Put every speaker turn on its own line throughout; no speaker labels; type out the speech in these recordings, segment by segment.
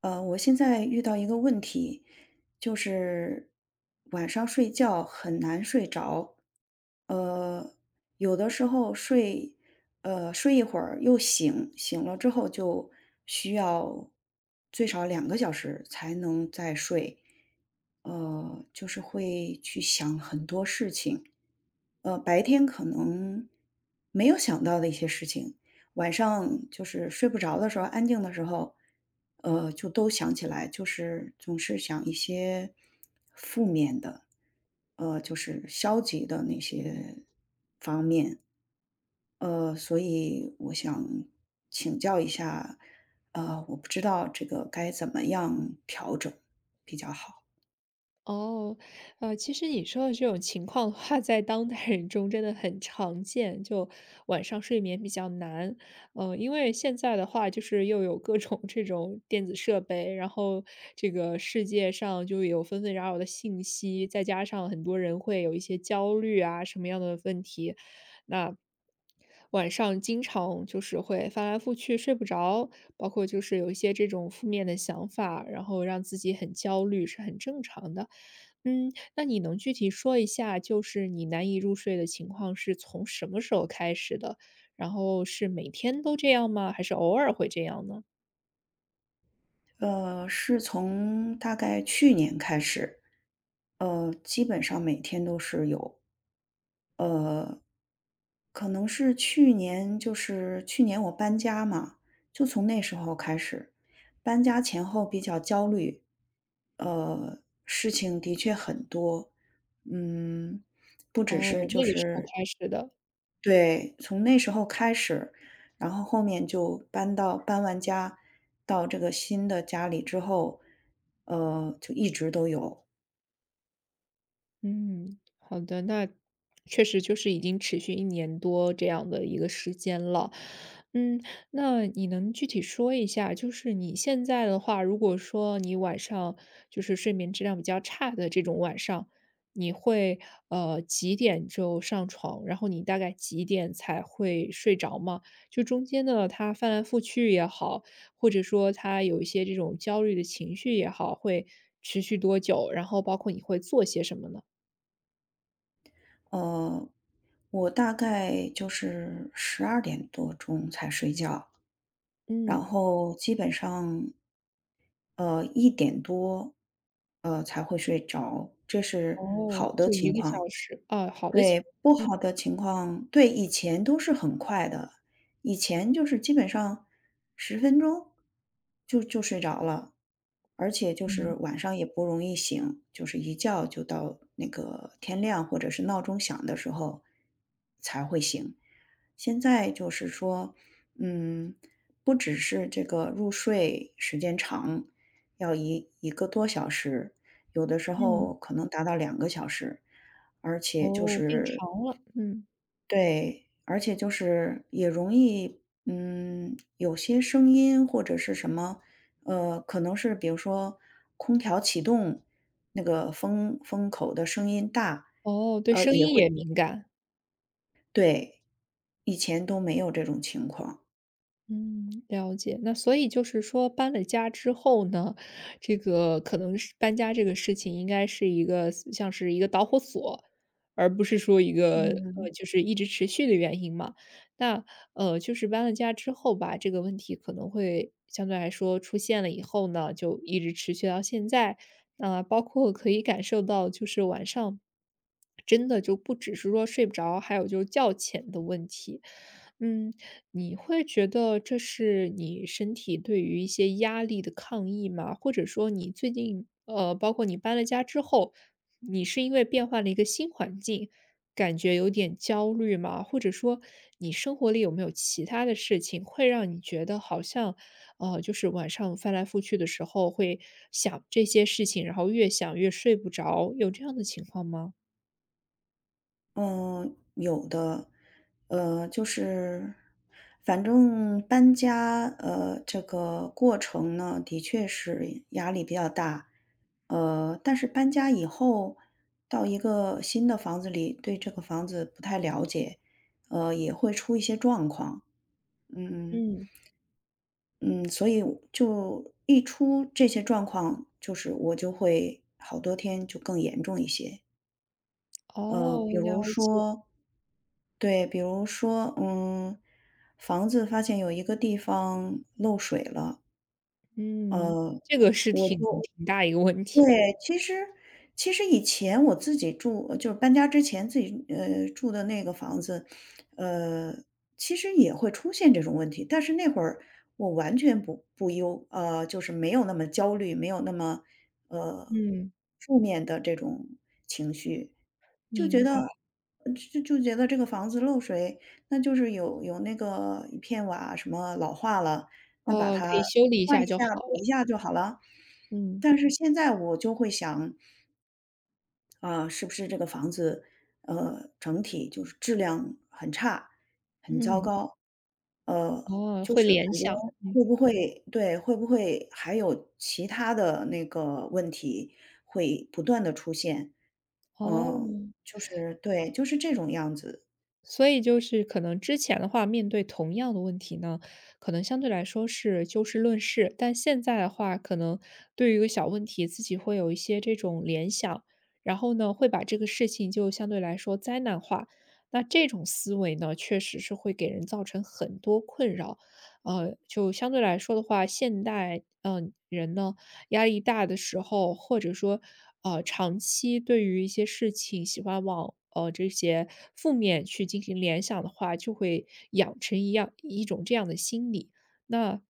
我现在遇到一个问题，就是晚上睡觉很难睡着。呃，有的时候睡，睡一会儿又醒，醒了之后就需要最少两个小时才能再睡。就是会去想很多事情，白天可能没有想到的一些事情，晚上就是睡不着的时候，安静的时候，就都想起来，就是总是想一些负面的，就是消极的那些方面。所以我想请教一下，我不知道这个该怎么样调整比较好。
哦，其实你说的这种情况的话，在当代人中真的很常见，就晚上睡眠比较难。因为现在的话，就是又有各种这种电子设备，然后这个世界上就有纷纷扰扰的信息，再加上很多人会有一些焦虑啊，什么样的问题，那晚上经常就是会翻来覆去睡不着，包括就是有一些这种负面的想法，然后让自己很焦虑，是很正常的。嗯，那你能具体说一下，就是你难以入睡的情况是从什么时候开始的？然后是每天都这样吗？还是偶尔会这样呢？
是从大概去年开始，基本上每天都是有。呃，可能是去年，我搬家嘛，就从那时候开始，搬家前后比较焦虑。呃，事情的确很多。嗯，不只
哦，
是就
那个时候
是
开始的。
对，从那时候开始，然后后面就搬完家，到这个新的家里之后，就一直都有。
嗯，好的，那确实就是已经持续一年多这样的一个时间了。嗯，那你能具体说一下，就是你现在的话，如果说你晚上就是睡眠质量比较差的这种晚上，你会，几点就上床，然后你大概几点才会睡着吗？就中间呢，他翻来覆去也好，或者说他有一些这种焦虑的情绪也好，会持续多久，然后包括你会做些什么呢？
呃，我大概就是12点多钟才睡觉，然
嗯，
后基本上，1点多，才会睡着，这是
哦，
好的
就一
情
个小
况。
时，啊，好的情
对，不
嗯。
好的情况。对，以前都是很快的，以前就是基本上10分钟就睡着了，而且就
嗯。
是晚上也不容易醒，就是一觉就到那个天亮或者是闹钟响的时候才会醒。现在就是说，嗯，不只是这个入睡时间长，要一个多小时，有的时
嗯，
候可能达到两个小时。而且就
哦，变
是
长了，嗯，
对，而且就是也容易，嗯，有些声音或者是什么。可能是比如说空调启动那个风口的声音大。
哦，对声音也敏感。
对，以前都没有这种情况。
嗯，了解。那所以就是说搬了家之后呢，这个可能是搬家这个事情应该是一个像是一个导火索，而不是说一个
嗯。
就是一直持续的原因嘛。那就是搬了家之后吧，这个问题可能会相对来说出现了以后呢，就一直持续到现在。那、包括可以感受到，就是晚上真的就不只是说睡不着，还有就是觉浅的问题。嗯，你会觉得这是你身体对于一些压力的抗议吗？或者说你最近，包括你搬了家之后，你是因为变换了一个新环境，感觉有点焦虑吗？或者说你生活里有没有其他的事情会让你觉得好像，就是晚上翻来覆去的时候会想这些事情，然后越想越睡不着，有这样的情况吗？
嗯，有的。就是反正搬家，这个过程呢，的确是压力比较大。但是搬家以后到一个新的房子里，对这个房子不太了解，也会出一些状况。嗯。
嗯。
嗯，所以我就一出这些状况，就是我就会好多天就更严重一些。
哦，
比如
了解，
说。对，比如说，嗯，房子发现有一个地方漏水了。
嗯，
呃，
这个是
我就
挺大一个问题。
对，其实其实以前我自己住，就是搬家之前自己住的那个房子。呃，其实也会出现这种问题，但是那会儿我完全不忧，就是没有那么焦虑，没有那么呃
嗯，
负面的这种情绪。就觉
明白，
得就觉得这个房子漏水，那就是有那个一片瓦什么老化了，那把
哦，可
它
以修理一
换
下
一
就好
下补一
了。
下就好了。
嗯。
但是现在我就会想，啊，是不是这个房子，整体就是质量很差，很糟
嗯，
糕。
哦，
就
会
是
联
感觉
想，嗯，
会不会对，会不会还有其他的那个问题会不断的出现？
哦，
嗯，就是对，就是这种样子。
所以就是可能之前的话，面对同样的问题呢，可能相对来说是就事论事，但现在的话，可能对于一个小问题，自己会有一些这种联想，然后呢，会把这个事情就相对来说灾难化。那这种思维呢，确实是会给人造成很多困扰。就相对来说的话，现代，嗯人呢，压力大的时候，或者说，长期对于一些事情喜欢往这些负面去进行联想的话，就会养成一样一种这样的心理。那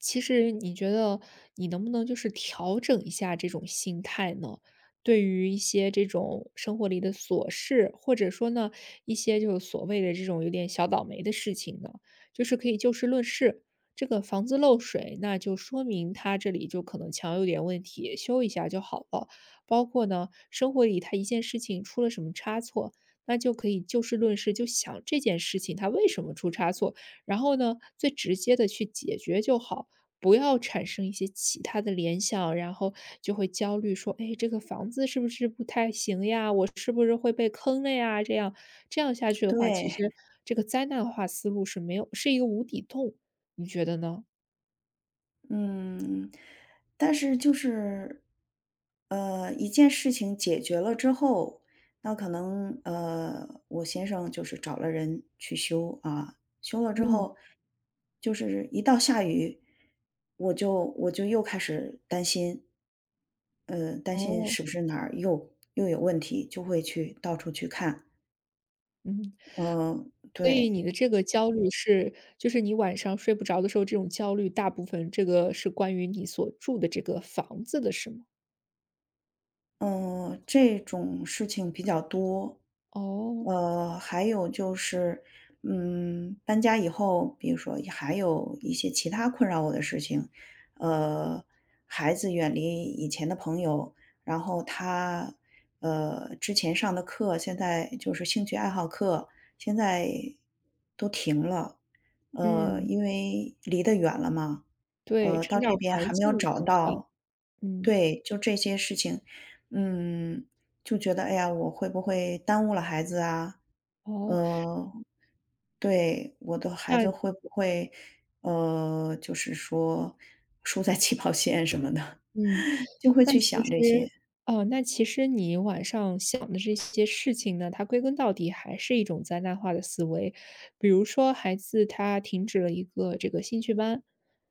其实你觉得你能不能就是调整一下这种心态呢？对于一些这种生活里的琐事，或者说呢，一些就是所谓的这种有点小倒霉的事情呢，就是可以就事论事，这个房子漏水，那就说明他这里就可能墙有点问题，修一下就好了。包括呢，生活里他一件事情出了什么差错，那就可以就事论事，就想这件事情它为什么出差错，然后呢，最直接的去解决就好。不要产生一些其他的联想，然后就会焦虑，说："哎，这个房子是不是不太行呀？是不是会被坑了呀？"这样下去的话，其
对。
实这个灾难化思路是没有，是一个无底洞。你觉得呢？
嗯，但是就是，一件事情解决了之后，那可能我先生就是找了人去修啊，修了之
嗯。
后，就是一到下雨，我就又开始担心。担心
哦，
是不是哪儿又有问题，就会去到处去看。
嗯，
嗯，
所以
对。
你的这个焦虑是就是你晚上睡不着的时候，这种焦虑大部分这个是关于你所住的这个房子的是吗？
嗯，这种事情比较多。
哦，
还有就是，嗯，搬家以后，比如说也还有一些其他困扰我的事情。呃，孩子远离以前的朋友，然后他，之前上的课，现在就是兴趣爱好课，现在都停了，
嗯，
因为离得远了嘛。
对，成
到这
长
边
环
还没有
境
找
更换，
到。
嗯，
对，就这些事情，嗯，就觉得哎呀，我会不会耽误了孩子啊？
哦，
呃，对，我的孩子
那
会不会，就是说输在起跑线什么的，
嗯。
就会
那
去
其
想这
实
些。
哦，那其实你晚上想的这些事情呢，它归根到底还是一种灾难化的思维。比如说孩子他停止了一个这个兴趣班，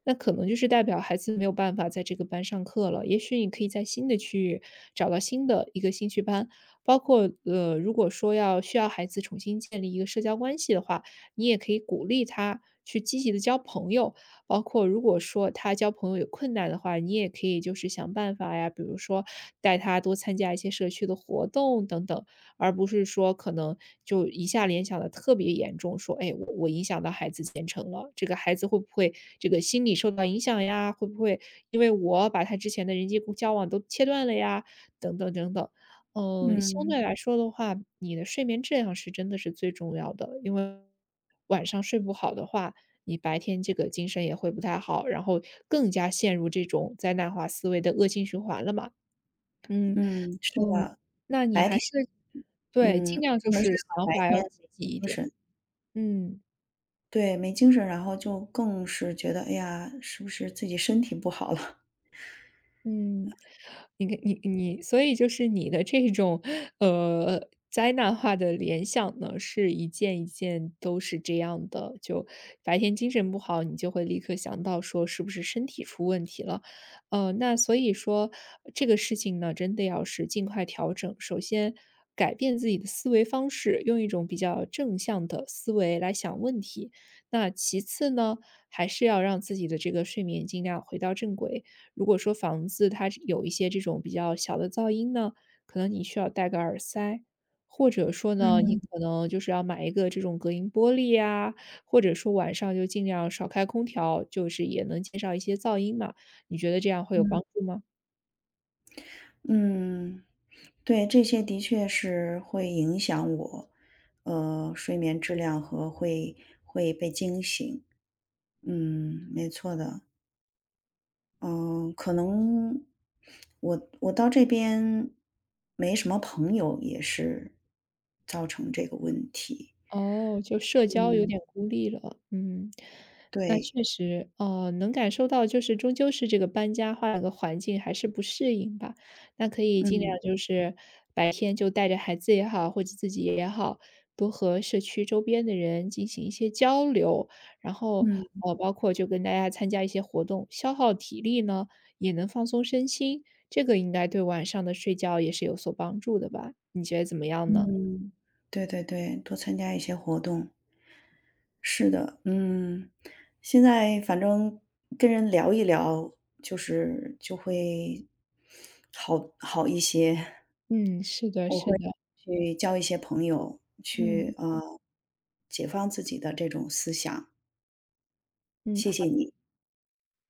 那可能就是代表孩子没有办法在这个班上课了。也许你可以在新的区域找到新的一个兴趣班，包括如果说要需要孩子重新建立一个社交关系的话，你也可以鼓励他去积极的交朋友，包括如果说他交朋友有困难的话，你也可以就是想办法呀，比如说带他多参加一些社区的活动等等，而不是说可能就一下联想的特别严重，说，哎，我影响到孩子前程了，这个孩子会不会这个心理受到影响呀？会不会因为我把他之前的人际交往都切断了呀？等等等等。嗯，相
嗯。
对来说的话，你的睡眠质量是真的是最重要的，因为晚上睡不好的话，你白天这个精神也会不太好，然后更加陷入这种灾难化思维的恶性循环了嘛。嗯。
嗯，是
嗯，
的。
那你
白
还
天，
是对，
嗯，晚
尽量就
上没
是
睡好，
想
白
法要
天
积
没
极一
精
点，
神。
嗯。
对，没精神，然后就更是觉得，哎呀，是不是自己身体不好了？
嗯，你看，你所以就是你的这种，灾难化的联想呢，是一件一件都是这样的。就白天精神不好，你就会立刻想到说是不是身体出问题了。那所以说这个事情呢，真的要是尽快调整。首先改变自己的思维方式，用一种比较正向的思维来想问题。那其次呢，还是要让自己的这个睡眠尽量回到正轨。如果说房子它有一些这种比较小的噪音呢，可能你需要戴个耳塞，或者说呢，你
嗯。
可能就是要买一个这种隔音玻璃呀，或者说晚上就尽量少开空调，就是也能减少一些噪音嘛，你觉得这样会有帮
嗯。
助吗？
嗯。对，这些的确是会影响我，睡眠质量，和会被惊醒。嗯，没错的。嗯，可能我到这边没什么朋友，也是造成这个问题。
哦，就社交有
嗯。
点孤立了，嗯，那
对。
确实，能感受到就是终究是这个搬家换了个环境还是不适应吧，那可以尽量
嗯。
就是白天就带着孩子也好，或者自己也好，多和社区周边的人进行一些交流，然后
嗯。
包括就跟大家参加一些活动，消耗体力呢，也能放松身心，这个应该对晚上的睡觉也是有所帮助的吧？你觉得怎么样呢？
嗯，对对对，多参加一些活动。是的。嗯，现在反正跟人聊一聊，就是就会好一些。
嗯，是的，
我
是
会
的，
去交一些朋友，
嗯。
去解放自己的这种思想。
嗯，
谢谢你。